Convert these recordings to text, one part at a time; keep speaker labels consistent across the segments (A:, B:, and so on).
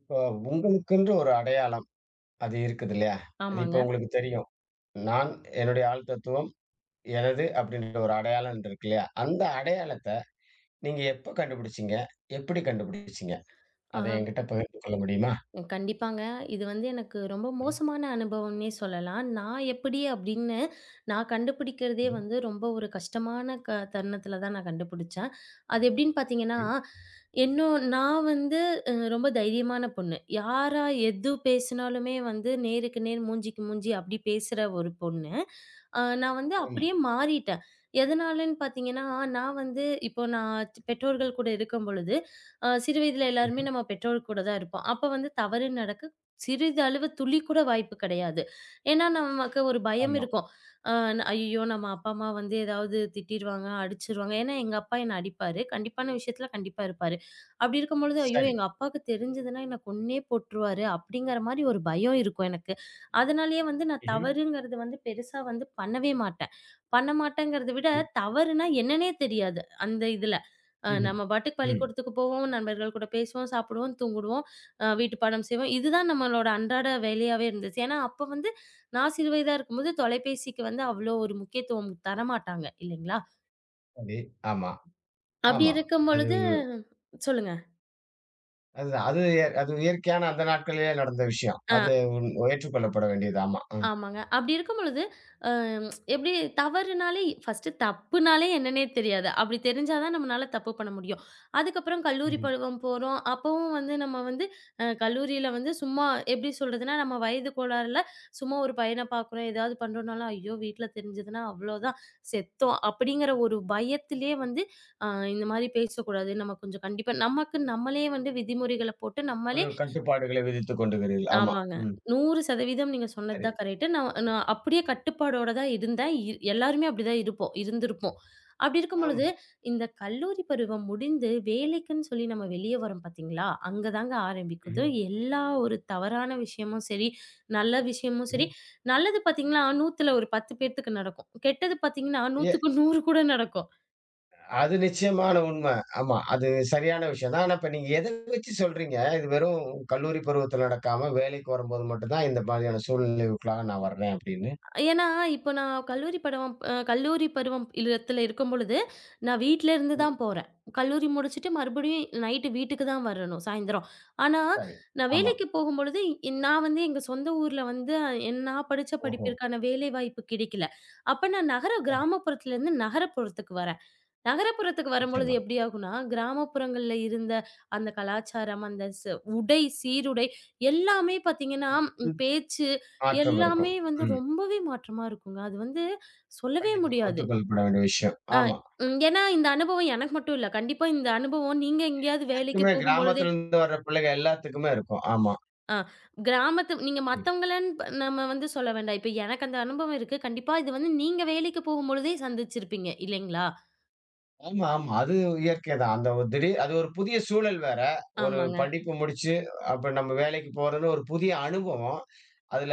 A: இப்போ உங்களுக்குன்ற ஒரு அடையாளம் அது இருக்குது இல்லையா? அது
B: ஆமாங்க.
A: இப்போ உங்களுக்கு தெரியும். நான் என்னுடைய ஆள் தத்துவம் எனது அப்படின்ற ஒரு அடையாளம் இருக்கு இல்லையா? அந்த அடையாளத்த நீங்க எப்ப கண்டுபிடிச்சீங்க? எப்படி கண்டுபிடிச்சீங்க?
B: ஆ
A: அத என்கிட்ட பகிர்ந்து கொள்ள முடியுமா?
B: கண்டிப்பாங்க. இது வந்து எனக்கு ரொம்ப
A: ம்,
B: மோசமான அனுபவம்னே சொல்லலாம். நான் எப்படி அப்படின்னு நான் கண்டுபிடிக்கிறதே
A: ம்.
B: வந்து ரொம்ப ஒரு கஷ்டமான தருணத்தில தான் நான் கண்டுபிடிச்சேன். அது எப்படின்னு பார்த்தீங்கன்னா,
A: சரி.
B: என்னோ நான் வந்து ரொம்ப தைரியமான பொண்ணு. யாரா எது பேசினாலுமே வந்து நேருக்கு நேர், மூஞ்சிக்கு மூஞ்சி அப்படி பேசுற ஒரு பொண்ணு. நான் வந்து
A: ஆமா.
B: அப்படியே மாறிட்டேன். எதனாலன்னு பார்த்தீங்கன்னா, நான் வந்து இப்போ நான் பெற்றோர்கள் கூட இருக்கும் பொழுது, சிறு வயதில எல்லாருமே
A: ம்ஹ்ம்.
B: நம்ம பெற்றோர் கூட தான் இருப்போம். அப்ப வந்து தவறு நடக்க சிறிதளவு துளி கூட வாய்ப்பு கிடையாது. ஏன்னா, நமக்கு ஒரு பயம்
A: ஆமா.
B: இருக்கும். அ ஐயய்யோ! நம்ம அப்பா, அம்மா வந்து ஏதாவது திட்டிருவாங்க, அடிச்சுருவாங்க. ஏன்னா, எங்க அப்பா என்ன அடிப்பாரு. கண்டிப்பான விஷயத்துல கண்டிப்பா இருப்பாரு. அப்படி இருக்கும்பொழுது, ஐயோ!
A: சரி.
B: எங்க அப்பாவுக்கு தெரிஞ்சதுன்னா என்ன கொன்னே போட்டுருவாரு. அப்படிங்கிற மாரி ஒரு பயம் இருக்கும் எனக்கு. அதனாலேயே வந்து நான்
A: ம்ஹ்ம்.
B: தவறுங்கிறது வந்து பெருசா வந்து பண்ணவே மாட்டேன். பண்ண மாட்டேங்கிறத விட,
A: சரி.
B: தவறுனா என்னன்னே தெரியாது அந்த இதுல.
A: ம்ஹ்ம்.
B: நம்ம பாட்டுக்கு
A: ம்.
B: பள்ளிக்கூடத்துக்கு போவோம், நண்பர்கள் கூட பேசுவோம், சாப்பிடுவோம், தூங்கிடுவோம், வீட்டு பாடம் செய்வோம். இதுதான் நம்மளோட அன்றாட வேலையாவே இருந்துச்சு. ஏன்னா, அப்ப வந்து நான் சிறு வயதா இருக்கும்போது தொலைபேசிக்கு வந்து அவ்வளோ ஒரு முக்கியத்துவம் தரமாட்டாங்க இல்லைங்களா?
A: சரி. ஆமா,
B: அப்படி
A: ஆமா.
B: இருக்கும்
A: அது
B: பொழுது சொல்லுங்க.
A: அதுதான். அது இயற்கையான அந்த நாட்களிலே நடந்த விஷயம்.
B: ஆ.
A: அது ஏற்றுக்கொள்ளப்பட வேண்டியது. ஆமா. ம்.
B: ஆமாங்க. அப்படி இருக்கும் பொழுது, அ எப்படி தவறுனாலே ஃபர்ஸ்ட்டு தப்புனாலே என்னன்னே தெரியாது. அப்படி தெரிஞ்சா தான் நம்மனால தப்பு பண்ண முடியும். அதுக்கப்புறம் கல்லூரி
A: ம்ஹ்ம்.
B: பருவம் போறோம். அப்பவும் வந்து நம்ம வந்து கல்லூரியில வந்து சும்மா எப்படி சொல்றதுன்னா, நம்ம வயது கோளாறுல சும்மா ஒரு பையன பார்க்குறோம், ஏதாவது பண்றோம்னாலும், "ஐயோ! வீட்ல தெரிஞ்சதுன்னா அவ்வளோதான் செத்தோம்." அப்படிங்கிற ஒரு பயத்திலே வந்து அ இந்த மாரி பேசக்கூடாது. நம்ம கொஞ்சம் கண்டிப்பா நமக்கு நம்மளே வந்து விதிமுறைகள போட்டு
A: ஒரு
B: நம்மளே
A: கட்டுப்பாடுகளை விதித்துக் கொண்டுகிறீர்கள். ஆமா.
B: ஆமாங்க.
A: ம்.
B: 100% நீங்க சொன்னது
A: சரி.
B: தான் கரெக்ட்டு. நான் நான் அப்படியே கட்டுப்பாடோட தான் இருந்தேன். எல்லாருமே அப்படிதான் இருப்போம். இருந்திருப்போம். அப்படி இருக்கும்
A: ஆமா.
B: பொழுது, இந்த கல்லூரி பருவம் முடிந்து வேலைக்குன்னு சொல்லி நம்ம வெளியே வரோம் பார்த்தீங்களா? அங்க தாங்க ஆரம்பிக்குது.
A: ம்ஹ்ம்.
B: எல்லா ஒரு தவறான விஷயமும் சரி, நல்ல விஷயமும்
A: ம்ஹ்ம்.
B: சரி, நல்லது பார்த்தீங்கன்னா 100ல ஒரு 10 பேத்துக்கு நடக்கும். கெட்டது பார்த்தீங்கன்னா
A: எ
B: 100க்கு 100 கூட நடக்கும்.
A: அது நிச்சயமான உண்ம. ஆமா. அது சரியான விஷயம் தான். ஆனா இப்ப நீங்க எத வச்சு சொல்றீங்க? இது வெறும் கல்லூரி பருவத்துல நடக்காம, வேலைக்கு வரும்போது மட்டும் தான் இந்த மாதிரியான சூழ்நிலைவுக்குள்ளாக நான் வர்றேன் அப்படின்னு.
B: ஏன்னா, இப்ப நான் கல்லூரி படவம் அ கல்லூரி பருவம் இடத்துல இருக்கும்பொழுது, நான் வீட்ல இருந்து
A: ம்.
B: தான் போறேன். கல்லூரி முடிச்சுட்டு மறுபடியும் நைட்டு வீட்டுக்கு தான் வரணும் சாயந்தரம். ஆனா,
A: சரி.
B: நான்
A: ஆமா.
B: வேலைக்கு போகும்பொழுது, நான் வந்து எங்க சொந்த ஊர்ல வந்து நான் படிச்ச
A: ஓஹோ!
B: படிப்பிற்கான வேலைவாய்ப்பு கிடைக்கல. அப்ப நான்
A: சரி.
B: கிராமப்புறத்துலேருந்து நகரப்புறத்துக்கு வரேன். நகரப்புறத்துக்கு வரும்பொழுது
A: நிச்சயமா.
B: எப்படி ஆகும்னா, கிராமப்புறங்கள்ல இருந்த அந்த கலாச்சாரம், அந்த ஸ் உடை, சீருடை எல்லாமே பார்த்தீங்கன்னா,
A: ம்.
B: பேச்சு
A: மாற்றம் இருக்கும்.
B: எல்லாமே வந்து
A: ம்.
B: ரொம்பவே மாற்றமா இருக்குங்க. அது வந்து சொல்லவே
A: கண்டிப்பா.
B: முடியாது.
A: ஒத்துக்கொள்ளப்பட வேண்டிய விஷயம்.
B: அ
A: ஆமா.
B: ம் ஏன்னா இந்த அனுபவம் எனக்கு மட்டும் இல்ல. கண்டிப்பா இந்த அனுபவம் நீங்க எங்கேயாவது வேலைக்கு
A: அதுக்குமே
B: போகும்பொழுதே
A: கிராமத்துல இருந்து வர்ற பிள்ளைக எல்லாத்துக்குமே இருக்கும். ஆமா.
B: ஆ கிராமத்து நீங்க
A: ம்.
B: மத்தவங்களன்னு ப நம்ம வந்து சொல்ல வேண்டாம். இப்ப எனக்கு அந்த அனுபவம் இருக்கு. கண்டிப்பா இது வந்து நீங்க வேலைக்கு போகும்பொழுதே சந்திச்சிருப்பீங்க இல்லைங்களா?
A: ஆமா, ஆமா. அது இயற்கை தான். அந்த ஒரு திடீர் அது ஒரு புதிய சூழல் வேற. ஒரு
B: ஆமாங்க.
A: படிப்பு முடிச்சு, அப்ப நம்ம வேலைக்கு போறதுன்னு ஒரு புதிய அனுபவம். அதுல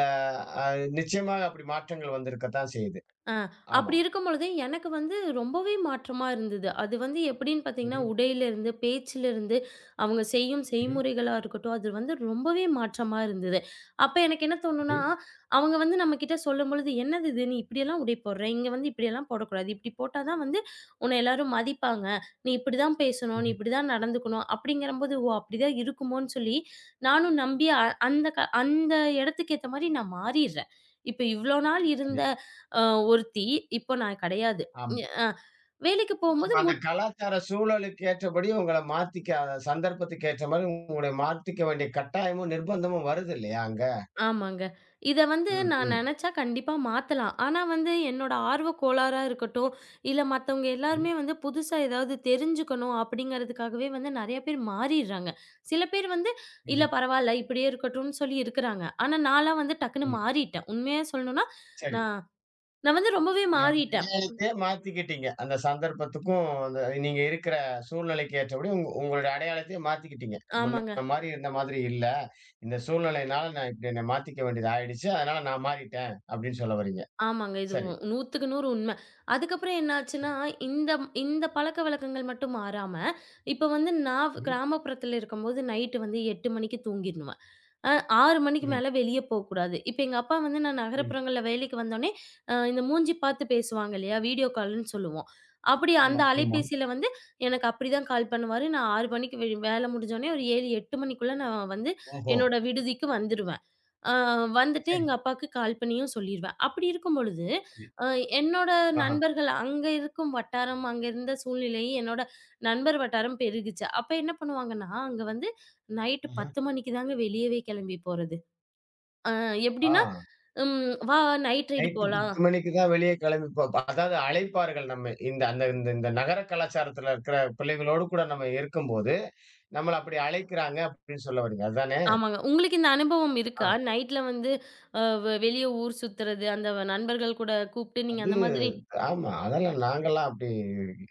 A: அ நிச்சயமாக அப்படி மாற்றங்கள் வந்திருக்கத்தான் செய்யுது.
B: ஆ அப்படி
A: ஆமா.
B: இருக்கும்பொழுது, எனக்கு வந்து ரொம்பவே மாற்றமா இருந்தது. அது வந்து எப்படின்னு பார்த்தீங்கன்னா,
A: ம்ஹ்ம்.
B: உடையிலிருந்து, பேச்சிலிருந்து, அவங்க செய்யும்
A: ம்ஹ்ம்.
B: செய்முறைகளா இருக்கட்டும், அது வந்து ரொம்பவே மாற்றமா இருந்தது. அப்ப எனக்கு என்ன
A: சரி.
B: தோணும்னா, அவங்க வந்து நம்மகிட்ட சொல்லும்பொழுது, "என்னது இது? நீ இப்படியெல்லாம் உடை போடுற? இங்க வந்து இப்படியெல்லாம் போடக்கூடாது. இப்படி போட்டா தான் வந்து உன்னை எல்லாரும் மதிப்பாங்க. நீ இப்படிதான் பேசணும். நீ
A: ம்ஹ்ம்.
B: இப்படிதான் நடந்துக்கணும்." அப்படிங்கிறம்போது, "ஓ! அப்படிதான் இருக்குமோன்னு" சொல்லி நானும் நம்பி, அந்த அந்த இடத்துக்கு ஏத்த மாரி நான் மாறிர்றேன். இப்ப இவ்ளோ நாள்
A: சரி.
B: இருந்த அ ஒருத்தி. இப்போ நான் கிடையாது.
A: ஆமா.
B: அ வேலைக்கு
A: ஆமா.
B: போம்போது
A: அந்த கலாச்சார சூழலுக்கு ஏற்றபடி உங்கள மாத்திக்க அந்த சந்தர்ப்பத்துக்கு ஏற்ற மாரி உங்கள மாத்திக்க வேண்டிய கட்டாயமும், நிர்பந்தமும் வருது இல்லையா அங்க?
B: ஆமாங்க. இத வந்து
A: ம்,
B: நான்
A: ம்.
B: நெனச்சா கண்டிப்பா மாத்தலாம். ஆனா வந்து என்னோட ஆர்வ கோளாறா இருக்கட்டும், இல்ல மத்தவங்க
A: ம்ஹ்ம்.
B: எல்லாருமே வந்து புதுசா ஏதாவது தெரிஞ்சுக்கணும் அப்படிங்கிறதுக்காகவே வந்து நெறைய பேர் மாறிர்றாங்க. சில பேர் வந்து இல்ல
A: ம்ஹ்ம்.
B: பரவால்ல இப்படியே இருக்கட்டும்னு சொல்லி இருக்கறாங்க. ஆனா நான்லாம் வந்து டக்குன்னு
A: ம்.
B: மாறிட்டேன். உண்மையா சொல்லணும்னா,
A: சரி.
B: நான் நான் வந்து ரொம்பவே
A: அதாவது
B: மாறிட்டேன்.
A: அடையாளத்தையே மாத்திக்கிட்டீங்க. அந்த சந்தர்ப்பத்துக்கும், அந்த நீங்க இருக்கிற சூழ்நிலைக்கு ஏற்றபடி உங்களுடைய அடையாளத்தையே மாத்திக்கிட்டீங்க.
B: ஆமாங்க.
A: முன்ன மாரி இருந்த மாதிரி இல்ல. இந்த சூழ்நிலையினால நான் இப்படி என்ன மாத்திக்க வேண்டியது ஆயிடுச்சு. அதனால நான் மாறிட்டேன் அப்படின்னு சொல்ல வர்றீங்க.
B: ஆமாங்க. இது உ
A: சரி.
B: 100க்கு 100 உண்ம. அதுக்கப்புறம் என்னாச்சுன்னா, இந்த இந்த பழக்கவழக்கங்கள் மட்டும் மாறாம, இப்ப வந்து நான்
A: ம்ஹ்ம்.
B: கிராமப்புறத்துல இருக்கும்போது நைட்டு வந்து 8 மணிக்கு தூங்கிருவேன். அ 6 மணிக்கு
A: ம்.
B: மேல வெளிய போக்கூடாது. இப்ப எங்க அப்பா வந்து நான்
A: ம்.
B: நகரப்புறங்கள்ல வேலைக்கு வந்தோனே, இந்த மூஞ்சி பார்த்து பேசுவாங்க இல்லையா? வீடியோ கால்ன்னு சொல்லுவோம். அப்படி
A: ஆமா,
B: அந்த
A: ஆமா.
B: அலைபேசியில வந்து எனக்கு அப்படிதான் கால் பண்ணுவாரு. நான் 6 மணிக்கு வேல முடிஞ்சோனே ஒரு 7, 8 மணிக்குள்ள நான் வந்து
A: ஓஹோ!
B: என்னோட விடுதிக்கு வந்துருவேன். ஆ வந்துட்டு
A: சரி,
B: எங்க அப்பாவுக்கு கால் பண்ணியும் சொல்லிருவேன். அப்படி இருக்கும் பொழுது,
A: சரி.
B: அ என்னோட
A: ஆஹா,
B: நண்பர்கள் அங்க இருக்கும் வட்டாரம், அங்க இருந்த சூழ்நிலை என்னோட நண்பர் வட்டாரம் பெருகுச்சு. அப்ப என்ன பண்ணுவாங்கன்னா, அங்க வந்து நைட்டு
A: ஆஹா.
B: 10 மணிக்கு தாங்க வெளியவே கிளம்பி போறது. அ எப்படின்னா,
A: ஆ.
B: "வா நைட் ரைடு
A: நைட்டு
B: போலாம்."
A: 10 மணிக்கு தான் வெளியே கிளம்பி போ ப அதாவது அழைப்பார்கள் நம்மை. இந்த அந்த இந்த இந்த நகர கலாச்சாரத்துல இருக்கிற பிள்ளைகளோடு கூட நம்ம இருக்கும்போது, நம்மள அப்படி அழைக்கிறாங்க அப்படின்னு சொல்ல வர்றீங்க. அதானே?
B: ஆமாங்க. உங்களுக்கு இந்த அனுபவம்
A: ஆ
B: இருக்கா? நைட்ல வந்து அ வெ வெளிய ஊர் சுத்துறது, அந்த நண்பர்கள் கூட கூப்பிட்டு நீங்க
A: அது
B: அந்த மாதிரி
A: ஆமா. அதெல்லாம் நாங்கலாம் அப்படி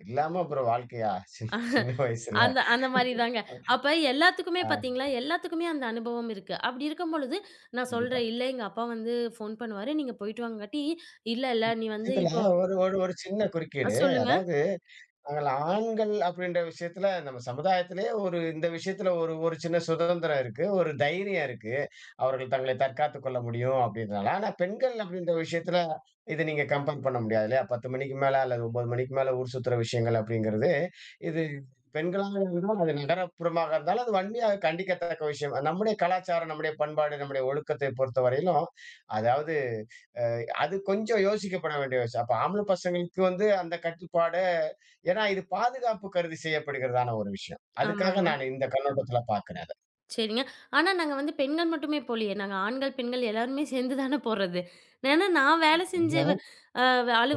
A: இல்லாம அப்புறம் வாழ்க்கையா? சின்ன வயசுல.
B: அந்த அந்த மாரி தாங்க. அப்ப எல்லாத்துக்குமே
A: ஆ
B: பார்த்தீங்களா, எல்லாத்துக்குமே அந்த அனுபவம் இருக்கு. அப்படி இருக்கும் பொழுது நான்
A: கண்டிப்பா.
B: சொல்றேன், "இல்ல எங்க அப்பா வந்து ஃபோன் பண்ணுவாரு. நீங்க போயிட்டு வாங்கங்காட்டி, இல்ல இல்ல நீ வந்து
A: விஷயத்துல
B: இப்போ"
A: ஒரு ஒரு ஒரு சின்ன குறுக்கீடு.
B: சொல்லுங்க.
A: அதாவது நாங்கள் ஆண்கள் அப்படின்ற விஷயத்துல நம்ம சமுதாயத்திலே ஒரு இந்த விஷயத்துல ஒரு ஒரு சின்ன சுதந்திரம் இருக்கு. ஒரு தைரியம் இருக்கு. அவர்கள் தங்களை தற்காத்துக் கொள்ள முடியும் அப்படின்றனால. ஆனா பெண்கள் அப்படின்ற விஷயத்துல இத நீங்க கம்பேர் பண்ண முடியாது இல்லையா? 10 மணிக்கு மேல அல்லது 9 மணிக்கு மேல ஊர் சுத்துற விஷயங்கள் அப்படிங்கிறது இது பெண்களாக இருந்தால், அது நகரப்புறமாக இருந்தாலும், அது வன்மையாக கண்டிக்கத்தக்க விஷயம். நம்முடைய கலாச்சாரம், நம்முடைய பண்பாடு, நம்முடைய ஒழுக்கத்தை பொறுத்தவரையிலும், அதாவது அ அது கொஞ்சம் யோசிக்கப்பட வேண்டிய விஷயம். அப்ப ஆம்பள பசங்களுக்கு வந்து அந்த கட்டுப்பாடு ஏன்னா இது பாதுகாப்பு கருதி செய்யப்படுகிறதான ஒரு விஷயம். அதுக்காக
B: ஆமாங்க.
A: நான் இந்த கண்ணோட்டத்துல பார்க்கிறேன்
B: சரிங்க. ஆனா நாங்க வந்து பெண்கள் மட்டுமே போலயே. நாங்க ஆண்கள், பெண்கள் எல்லாருமே சேர்ந்து தான போறது. ஏன்னா நான் வேலை செஞ்ச வ
A: அத.
B: அ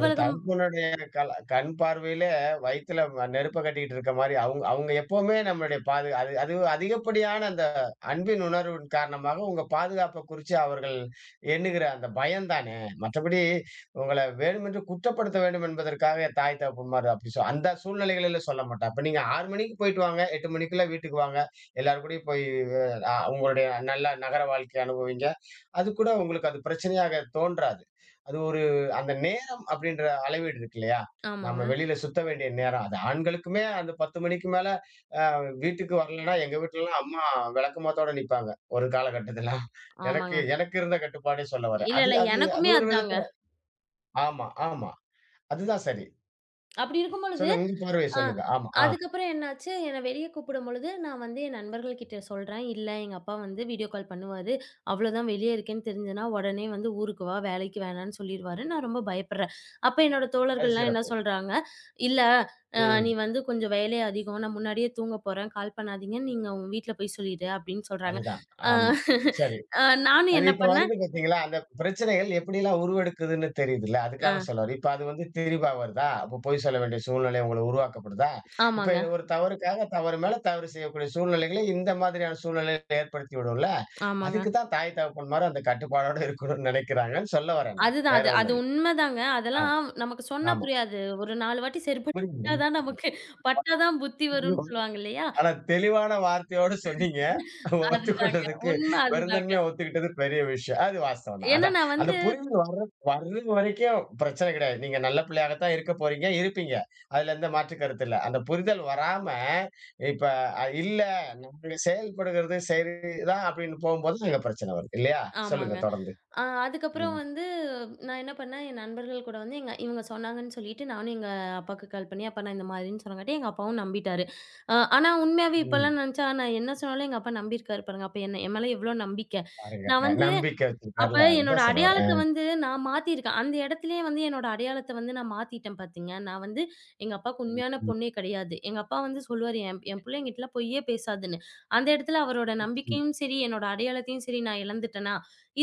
A: ஒரு தகப்பனுடைய கண் பார்வையில வயித்துல நெருப்ப கட்டிக்கிட்டு இருக்க மாரி, அவுங்க அவுங்க எப்பவுமே நம்மளுடைய பாது அது அது அதிகப்படியான அந்த அன்பின் உணர்வின் காரணமாக உங்க பாதுகாப்ப குறிச்சு அவர்கள் எண்ணுகிற அந்த பயம் தானே! மற்றபடி உங்கள வேணுமென்று குற்றப்படுத்த வேண்டும் என்பதற்காக தாய், தகப்பன்மார் அப்படி அந்த சூழ்நிலைகளில சொல்ல மாட்டா. அப்ப நீங்க 6:00 மணிக்கு போயிட்டு வாங்க, 8:00 மணிக்குள்ள வீட்டுக்கு வாங்க. எல்லார் கூடயும் போய் அ உங்களுடைய நல்ல நகர வாழ்க்கைய அனுபவிங்க. அது கூட உங்களுக்கு அது பிரச்சனையாக தோன்றாது. அது ஒரு அந்த நே அப்படின்ற அளவீடு இருக்கு இல்லையா?
B: ஆமாங்க,
A: நம்ம வெளியில சுத்த வேண்டிய நேரம். அது ஆண்களுக்குமே அந்த 10 மணிக்கு மேல அ வீட்டுக்கு வரலன்னா, எங்க வீட்லலாம் அம்மா விளக்கமாத்தோட நிப்பாங்க. ஒரு காலகட்டத்துல. எனக்கு
B: ஆமாங்க.
A: எனக்கு இருந்த கட்டுப்பாடே சொல்ல வரேன்.
B: இல்ல
A: அது
B: இல்ல
A: அது அது
B: எனக்குமே
A: ஒரு
B: அதாங்க.
A: விதத்துல ஆமா, ஆமா. அதுதான் சரி.
B: அப்படி இருக்கும் பொழுது
A: சொல்லுங்க. உங்க பார்வைய
B: ஆ.
A: சொல்லுங்க. ஆமா. ஆ.
B: அதுக்கப்புறம் என்னாச்சு, என்ன வெளிய கூப்பிடும்பொழுது, நான் வந்து என் நண்பர்கள் கிட்ட சொல்றேன். "இல்ல எங்க அப்பா வந்து வீடியோ கால் பண்ணுவாரு. அவ்வளோதான் வெளிய இருக்கேன்னு தெரிஞ்சதுனா, உடனே வந்து "ஊருக்கு வா, வேலைக்கு வேணான்னு" சொல்லிருவாரு. நான் ரொம்ப பயப்படுறேன். அப்ப என்னோட
A: அது
B: தோழர்கள்லாம் என்ன
A: சிறப்பு.
B: சொல்றாங்க, "இல்ல நீ
A: ம்.
B: வந்து கொஞ்சம் வேலை அதிகம். நான் முன்னாடியே தூங்க போறேன். கால் பண்ணாதீங்கன்னு நீங்க உங்க வீட்ல போய் சொல்லிடு" அப்படின்னு சொல்றாங்க.
A: அதுதான்.
B: அ அ
A: ஆமா. சரி.
B: நானும்
A: அது
B: என்ன
A: இப்ப
B: பண்ணேன்
A: வருது பார்த்தீங்களா? அந்த பிரச்சனைகள் எப்படிலாம் உருவெடுக்குதுன்னு தெரியுதுல்ல. அதுக்காக
B: அ
A: சொல்ல வர்றேன். இப்ப அது வந்து திரிபா வருதா? அப்ப பொய் சொல்ல வேண்டிய சூழ்நிலை உங்களுக்கு உருவாக்கப்படுதா? இப்ப
B: ஆமாங்க,
A: இது ஒரு தவறுக்காக தவறு மேல தவறு செய்யக்கூடிய சூழ்நிலைகளை இந்த மாதிரியான சூழ்நிலையில ஏற்படுத்தி விடும்ல.
B: ஆமாங்க.
A: அதுக்கு தான் தாய் தகப்பன்மாரு அந்த கட்டுப்பாடோட இருக்கணும்னு நினைக்கிறாங்கன்னு சொல்ல வரேன் நான்.
B: அதுதான்.
A: வேற
B: அது
A: ஒண்ணும்
B: அது
A: இல்ல.
B: உண்மதாங்க.
A: ஆ,
B: அதெல்லாம் நமக்கு சொன்னா
A: ஆமா.
B: புரியாது. ஒரு 4 வாட்டி செருப்பு
A: புரியுது.
B: பட்டா தான் நமக்கு பட்டா தான் புத்தி வரும்ன்னு சொல்லுவாங்க இல்லையா?
A: ஆனா தெளிவான வார்த்தையோட சொன்னீங்க.
B: அதுதாங்க.
A: ஒத்துக்கொண்டதுக்கு
B: உண்மை அதுதாங்க.
A: வெறுந்தன்மையா ஒத்துக்கிட்டது பெரிய விஷயம். அது வாஸ்தவம் தான்.
B: ஏன்னா
A: அதான்.
B: நான்
A: அந்த
B: வந்து
A: புரிதல் வர்ற வர்ற வரைக்கும் பிரச்சனை கிடையாது. நீங்க நல்ல பிள்ளையாக தான் இருக்க போறீங்க, இருப்பீங்க. அதுல எந்த மாற்று கருத்து இல்ல. அந்த புரிதல் வராம, இப்ப இல்ல நம்ம செயல்படுகிறது சரிதான் அப்படின்னு போகும்போது அங்க பிரச்சனை வருது. இல்லையா? சொல்லுங்க
B: ஆமாங்க.
A: தொடர்ந்து.
B: அதுக்கப்புறம்
A: ம்.
B: வந்து நான் என்ன பண்ணேன், என் நண்பர்கள் கூட வந்து எங்க இவங்க சொன்னாங்கன்னு சொல்லிட்டு நானும் எங்க அப்பாக்கு கால் பண்ணி, அப்பா நான் இந்த மாதிரின்னு சொன்னங்காட்டி எங்க அப்பாவும் நம்பிட்டாரு. ஆனா உண்மையாவே
A: ம்.
B: இப்பலாம் நெனச்சா நான் என்ன சொன்னாலும் எங்க அப்பா நம்பியிருக்காரு பாருங்க. அப்ப என்ன என் மேல எவ்ளோ நம்பிக்கை.
A: பாருங்க.
B: நான் வந்து
A: நம்பிக்கை
B: அப்ப
A: வச்சிருக்கார்ல.
B: என்னோட
A: அதுதான் சொல்ல
B: அடையாளத்த
A: வரேன்.
B: வந்து நான் மாத்திருக்கேன். அந்த இடத்திலேயே வந்து என்னோட அடையாளத்த வந்து நான் மாத்திட்டேன் பாத்தீங்க. நான் வந்து எங்க அப்பாவுக்கு உண்மையான
A: ம்.
B: பொண்ணே கிடையாது. எங்க அப்பா வந்து சொல்லுவாரு, "என் என் புள்ள என்கிட்டலாம் பொய்யே பேசாதுன்னு." அந்த இடத்துல அவரோட
A: ம்.
B: நம்பிக்கையும் சரி, என்னோட அடையாளத்தையும் சரி நான் இழந்துட்டேனா?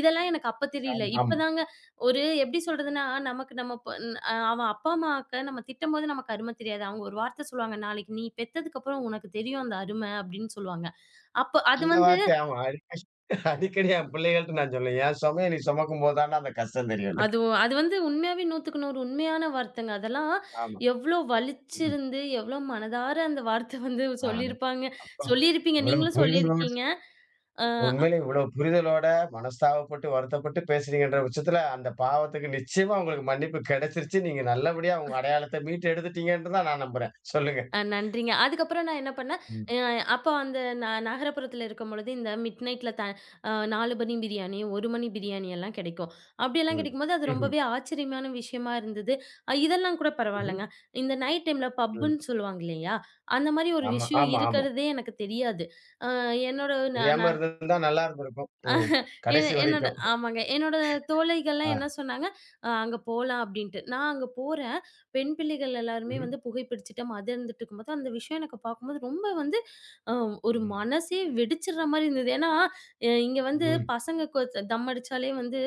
B: இதெல்லாம் எனக்கு அப்ப தெரியல.
A: ஆமா.
B: இப்பதாங்க ஒரு எப்படி சொல்றதுன்னா, நமக்கு நம்ம ப அ அவன் அப்பா, அம்மாக்க நம்ம திட்டும்போது நமக்கு அரும தெரியாது. அவங்க ஒரு வார்த்த சொல்லுவாங்க, "நாளைக்கு நீ பெத்ததுக்கப்புறம் உனக்கு தெரியும் அந்த அரும" அப்படின்னு சொல்லுவாங்க. அப்ப அது
A: அந்த
B: வந்து
A: வார்த்தை ஆமா. அடிக்கடி அடிக்கடி என் பிள்ளைகள்ட்ட நான் சொல்லுவேன். என் சுமைய நீ சுமக்கும்போது தான்டா அந்த கஷ்டம் தெரியும்னு.
B: அது வந்து உண்மையாவே 100க்கு 100 உண்மையான வார்த்தைங்க. அதெல்லாம்
A: ஆமா.
B: எவ்ளோ
A: ம்.
B: வலிச்சிருந்து, எவ்ளோ மனதார அந்த வார்த்தை வந்து
A: ஆ, அது
B: சொல்லியிருப்பாங்க.
A: அப்பா
B: சொல்லியிருப்பீங்க.
A: இவ்வளவு
B: நீங்களும்
A: புரிதலோட
B: சொல்லியிருக்கீங்க. அ
A: உண்மையிலே இவ்வளவு புரிதலோட மனஸ்தாபப்பட்டு, வருத்தப்பட்டு பேசுறீங்கன்ற பட்சத்துல, அந்த பாவத்துக்கு நிச்சயமா உங்களுக்கு மன்னிப்பு கிடைச்சிருச்சு. நீங்க நல்லபடியா உங்க அடையாளத்த மீட்டு எடுத்துட்டீங்கன்னு தான் நான் நம்புறேன். சொல்லுங்க.
B: அ நன்றிங்க. அதுக்கப்புறம் நான் என்ன பண்ணேன்,
A: ம்.
B: அ அப்ப அந்த நகரப்புறத்துல இருக்கும்பொழுது, இந்த மிட் நைட்ல த அ 4 மணி பிரியாணி, 1 மணி பிரியாணி எல்லாம் கிடைக்கும். அப்படியெல்லாம்
A: ம்.
B: கிடைக்கும்போது, அது
A: ம்ஹ்ம்.
B: ரொம்பவே ஆச்சரியமான விஷயமா இருந்தது. இதெல்லாம் கூட
A: ம்ஹ்ம்.
B: பரவால்லங்க. இந்த நைட் டைம்ல
A: ம்.
B: பப்புன்னு சொல்லுவாங்க இல்லையா? அந்த மாரி ஒரு
A: ஆமா,
B: விஷயம்
A: ஆமா, ஆமா.
B: இருக்கிறதே எனக்கு தெரியாது. அ என்னோட
A: தெரியாம
B: ந
A: இருந்திருந்தா நல்லா இருந்திருக்கும். ம்.
B: என்
A: கடைசி
B: என்னோட
A: வரைக்கும்.
B: ஆமாங்க. என்னோட தோழிகள்லாம் என்ன
A: ஆ.
B: சொன்னாங்க, அங்க போலாம்" அப்படின்ட்டு. நான் அங்க போறேன். பெண் பிள்ளைகள் எல்லாருமே
A: ம்.
B: வந்து புகைப்பிடிச்சுட்டு மதிர்ந்துட்டு இருக்கும்போது, அந்த விஷயம் எனக்கு பார்க்கும்போது ரொம்ப வந்து அ ஒரு
A: ம்.
B: மனசே வெடிச்சிடுற மாரி இருந்தது. ஏன்னா, இங்க வந்து
A: ம்.
B: பசங்க கொ தம் அடிச்சாலே வந்து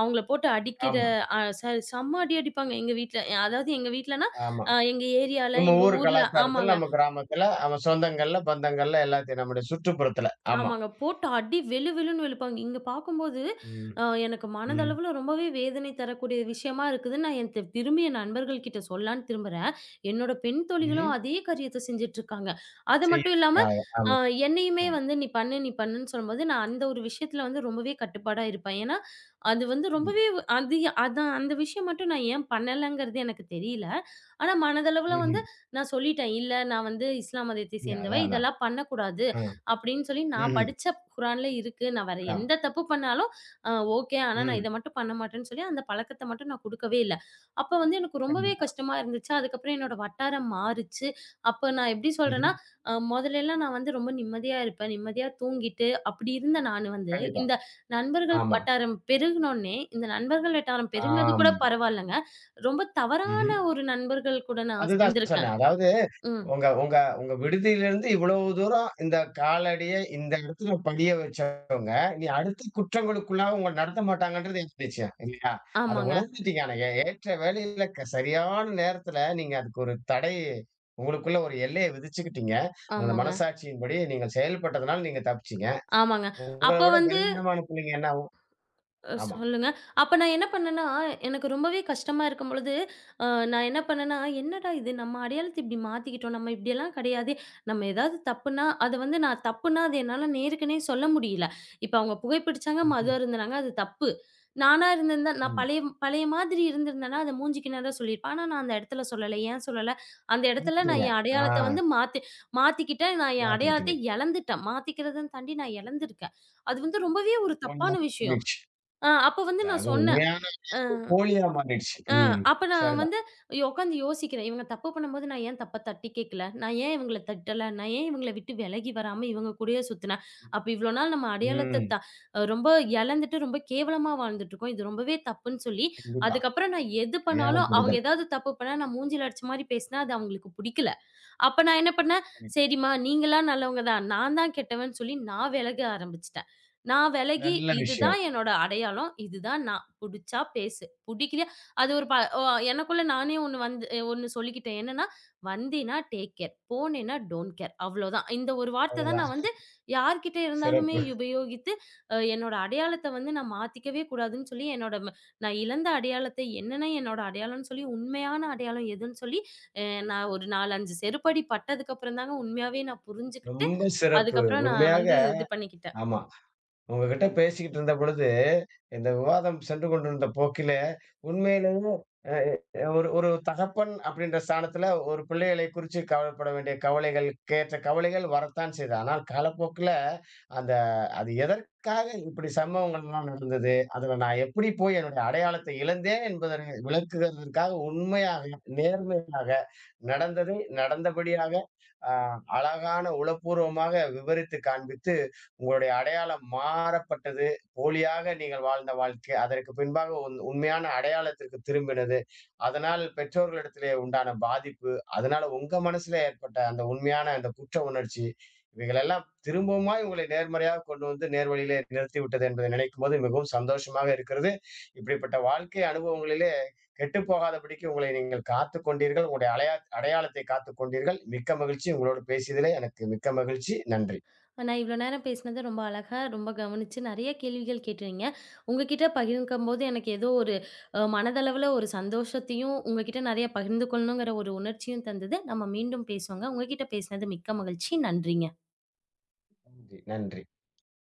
B: அவங்கள போட்டு அடிக்கிற
A: ஆமா,
B: அ ச செம்ம அடி அடிப்பாங்க எங்க வீட்ல. அதாவது எங்க வீட்லனா,
A: ஆமா.
B: எங்க ஏரியால,
A: நம்ம
B: எங்க
A: ஊர்
B: ஊர்ல
A: கலாச்சாரத்துல,
B: ஆமாங்க.
A: நம்ம கிராமத்துல, நம்ம சொந்தங்கள்ல, பந்தங்கள்ல எல்லாத்தையும் நம்முடைய சுற்றுப்புறத்துல. ஆமா.
B: ஆமாங்க. போட்ட அடி வெளு வெளுன்னு வெளுப்பாங்க. இங்க பார்க்கும்போது,
A: ம்.
B: எனக்கு
A: ம்.
B: மனதளவுல ரொம்பவே வேதனை தரக்கூடிய விஷயமா இருக்குதுன்னு நான் என் தி திரும்பி என் நண்பர்கள் கிட்ட சொல்லான்னு திரும்புறேன். என்னோட பெண்
A: ம்ஹ்ம்.
B: தோழிகளும் அதே காரியத்த செஞ்சுட்ருக்காங்க. அது மட்டும் இல்லாம,
A: செய்யறதுக்காக.
B: அ
A: ஆமா. ஆ.
B: என்னையுமே வந்து "நீ பண்ணு, நீ பண்ணுன்னு" சொல்லும்போது, நான் அந்த ஒரு விஷயத்துல வந்து ரொம்பவே கட்டுப்பாடா இருப்பேன். ஏன்னா, அது வந்து
A: ம்.
B: ரொம்பவே அது அதான் அந்த விஷயம் மட்டும் நான் ஏன் பண்ணலங்கிறது எனக்கு தெரியல. ஆனா மனதளவுல
A: ம்ஹ்ம்.
B: வந்து நான் சொல்லிட்டேன். "இல்ல நான் வந்து இஸ்லாம் மதத்தை
A: இல்ல
B: சேர்ந்தவ.
A: அதான், அதான்.
B: இதெல்லாம் பண்ணக்கூடாது."
A: ஆ.
B: அப்படின்னு சொல்லி நான்
A: ம்ஹ்ம்.
B: படிச்ச குரான்ல இருக்கு. நான் வேற
A: கிராமம்.
B: எந்த தப்பு பண்ணாலும் அ ஓகே. ஆனா நான்
A: ம்.
B: இத மட்டும் பண்ண மாட்டேன்னு சொல்லி அந்த பழக்கத்த மட்டும் நான் குடுக்கவே இல்ல. அப்ப வந்து எனக்கு ரொம்பவே
A: கண்டிப்பா.
B: கஷ்டமா இருந்துச்சு. அதுக்கப்புறம் என்னோட வட்டாரம் மாறுச்சு. அப்ப நான் எப்படி
A: ம்ஹ்ம்.
B: சொல்றேன்னா, மொதலெல்லாம் நான் வந்து ரொம்ப நிம்மதியா இருப்பேன். நிம்மதியா தூங்கிட்டு அப்படி இருந்த நானு வந்து
A: கண்டிப்பா.
B: இந்த நண்பர்கள்
A: ஆமா.
B: வட்டாரம் பெருகுனோனே இந்த நண்பர்கள் வட்டாரம் பெருகுனது
A: ஆம்.
B: கூட பரவால்லங்க. ரொம்ப தவறான
A: ம்ஹ்ம்.
B: ஒரு நண்பர்கள் கூட நான்
A: அதுதான்
B: சேர்ந்திருக்கேன்.
A: சொன்னேன். அதாவது
B: ம்.
A: உங்க உங்க உங்க விடுதியிலிருந்து இவ்வளவு தூரம் இந்த காலடிய இந்த இடத்துல படிய வச்சு நீ அடுத்த குற்றங்களுக்குள்ளாக உங்கள நடத்த மாட்டாங்கன்றது எனக்கு நிச்சயம். இல்லையா? அத
B: ஆமாங்க,
A: உணர்ந்துட்டீங்க. ஆனா, ஏற்ற வேலையில சரியான நேரத்துல நீங்க அதுக்கு ஒரு தடை உங்களுக்குள்ள ஒரு எல்லைய விதிச்சுக்கிட்டீங்க. அந்த
B: ஆமாங்க,
A: மனசாட்சியின்படி நீங்க செயல்பட்டதுனால நீங்க தப்பிச்சீங்க.
B: ஆமாங்க.
A: உங்கள
B: அப்ப
A: விட
B: வந்து
A: பலவீனமான பிள்ளைங்க என்ன ஆகும்? ஆமா.
B: சொல்லுங்க. அப்ப நான் என்ன பண்ணேன்னா, எனக்கு ரொம்பவே கஷ்டமா இருக்கும்பொழுது, அ நான் என்ன பண்ணேன்னா, "என்னடா இது நம்ம அடையாளத்த இப்படி மாத்திக்கிட்டோம். நம்ம இப்படியெல்லாம் கிடையாதே. நம்ம ஏதாவது தப்புனா, அது வந்து நான் தப்புனா அது என்னால நேருக்கு நேர் சொல்ல முடியல. இப்ப அவங்க புகைப்பிடிச்சாங்க, மது
A: ம்ஹ்ம்.
B: அருந்துனாங்க. அது தப்பு. நானா இருந்திருந்தா நான்
A: ம்.
B: பழைய பழைய மாதிரி இருந்திருந்தேன்னா, அத மூஞ்சிக்கு நேரா சொல்லியிருப்பேன். ஆனா நான் அந்த இடத்துல சொல்லல. ஏன் சொல்லல? அந்த இடத்துல நான்
A: மாத்திட்டீங்க.
B: என்
A: ஆ
B: அடையாளத்த வந்து மாத்திக்கிட்டேன். நான் என்
A: மாத்திக்கிட்டீங்க.
B: அடையாளத்த இழந்துட்டேன். மாத்திக்கிறதுன்னு தாண்டி நான் இழந்திருக்கேன். அது வந்து ரொம்பவே ஒரு தப்பான
A: உண்மையா
B: விஷயம்."
A: மாறிடுச்சு.
B: அப்ப வந்து நான்
A: அது
B: சொன்னேன்.
A: உண்மையான
B: அ,
A: போலியா மாறிடுச்சு.
B: அ
A: ம்.
B: அப்ப நான்
A: சரிதான்.
B: வந்து உட்காந்து யோசிக்கிறேன். இவங்க தப்பு பண்ணும்போது நான் ஏன் தப்ப தட்டி கேட்கல? நான் ஏன் இவங்கள தட்டல? நான் ஏன் இவங்கள விட்டு விலகி வராம இவங்க கூடயே சுத்துனேன்? அப்ப இவ்வளோ நாள் நம்ம அடையாளத்த
A: ம்.
B: த அ, ரொம்ப இழந்துட்டு, ரொம்ப கேவலமா வாழ்ந்துட்டுருக்கோம். இது ரொம்பவே தப்புன்னு சொல்லி,
A: கண்டிப்பா.
B: அதுக்கப்புறம் நான் எது
A: சரியான
B: பண்ணாலும் அவங்க
A: புரிதல்.
B: ஏதாவது தப்பு பண்ணா நான் மூஞ்சில அடிச்ச மாரி பேசினா, அது அவங்களுக்கு பிடிக்கல. அப்ப நான் என்ன பண்ணேன்,
A: ம்.
B: "சரிம்மா நீங்கலாம் நல்லவங்க தான். நான் தான் கெட்டவன்னு" சொல்லி நான் விலக ஆரம்பிச்சுட்டேன். நான் விலகி
A: நல்ல
B: இதுதான்
A: விஷயம்.
B: என்னோட அடையாளம். இதுதான் நான். புடிச்சா பேசு. புடிக்கலையா அது ஒரு ப ஒ எனக்குள்ள நானே ஒண்ணு சொல்லிக்கிட்டேன். என்னன்னா, "வந்தீன்னா டேக் கேர். போனேன்னா டோன்ட் கேர்." அவ்வளோதான். இந்த ஒரு வார்த்தை தான்
A: அவ்வளதான்.
B: நான் வந்து யார்கிட்ட இருந்தாலுமே
A: சிறப்பு.
B: உபயோகித்து, என்னோட அடையாளத்த வந்து நான் மாத்திக்கவே கூடாதுன்னு சொல்லி, நான் இழந்த அடையாளத்த என்னன்னா என்னோட அடையாளம்னு சொல்லி, உண்மையான அடையாளம் எதுன்னு சொல்லி அ நான் ஒரு 4, 5 செருப்படி பட்டதுக்கப்புறம் தாங்க உண்மையாவே நான் புரிஞ்சுகிட்டு,
A: ரொம்ப சிறப்பு.
B: அதுக்கப்புறம் நான்
A: உண்மையாக
B: வந்து இது பண்ணிக்கிட்டேன்.
A: ஆமா. உங்ககிட்ட பேசிக்கிட்டு இருந்த பொழுது, இந்த விவாதம் சென்று கொண்டிருந்த போக்கிலே, உண்மையிலேயே அ எ ஒரு ஒரு தகப்பன் அப்படின்ற ஸ்தானத்துல ஒரு பிள்ளைகளை குறிச்சு கவலைப்பட வேண்டிய கவலைகள், கேற்ற கவலைகள் வரத்தான் செய்து. ஆனால் காலப்போக்குல அந்த அது எதற்காக இப்படி சம்பவங்கள்லாம் நடந்தது? அதுல நான் எப்படி போய் என்னுடைய அடையாளத்தை இழந்தேன் என்பதை விளக்குகிறதற்காக உண்மையாக, நேர்மையாக நடந்ததை நடந்தபடியாக, அ அழகான உளப்பூர்வமாக விவரித்து காண்பித்து உங்களுடைய அடையாளம் மாறப்பட்டது. போலியாக நீங்கள் வாழ்ந்த வாழ்க்கை, அதற்கு பின்பாக உண்மையான அடையாளத்திற்கு திரும்பினது. அதனால் பெற்றோர்களிடத்திலே உண்டான பாதிப்பு, அதனால உங்க மனசுல ஏற்பட்ட அந்த உண்மையான அந்த குற்ற உணர்ச்சி, இவைகளெல்லாம் திரும்பவுமாய் உங்களை நேர்மறையாக கொண்டு வந்து நேர்வழியிலே நிறுத்திவிட்டது என்பதை நினைக்கும்போது மிகவும் சந்தோஷமாக இருக்கிறது. இப்படிப்பட்ட வாழ்க்கை அனுபவங்களிலே கெட்டுப் போகாதபடிக்கு உங்களை நீங்கள் காத்துக் கொண்டீர்கள். உங்களுடைய அடையாளத்தை காத்துக் கொண்டீர்கள். மிக்க மகிழ்ச்சி. உங்களோடு பேசியதிலே எனக்கு மிக்க மகிழ்ச்சி. நன்றி.
B: நான் இவ்வளோ நேரம் பேசினது ரொம்ப அழகா, ரொம்ப கவனிச்சு நெறைய கேள்விகள் கேட்டிருந்தீங்க. உங்ககிட்ட பகிர்ந்துக்கும்போது எனக்கு ஏதோ ஒரு மனதளவுல ஒரு சந்தோஷத்தையும், உங்ககிட்ட நெறைய பகிர்ந்து கொள்ளணுங்கிற ஒரு உணர்ச்சியும் தந்தது. நம்ம மீண்டும் பேசுவோங்க. உங்ககிட்ட பேசினது மிக்க மகிழ்ச்சி. நன்றிங்க.
A: நன்றி. நன்றி.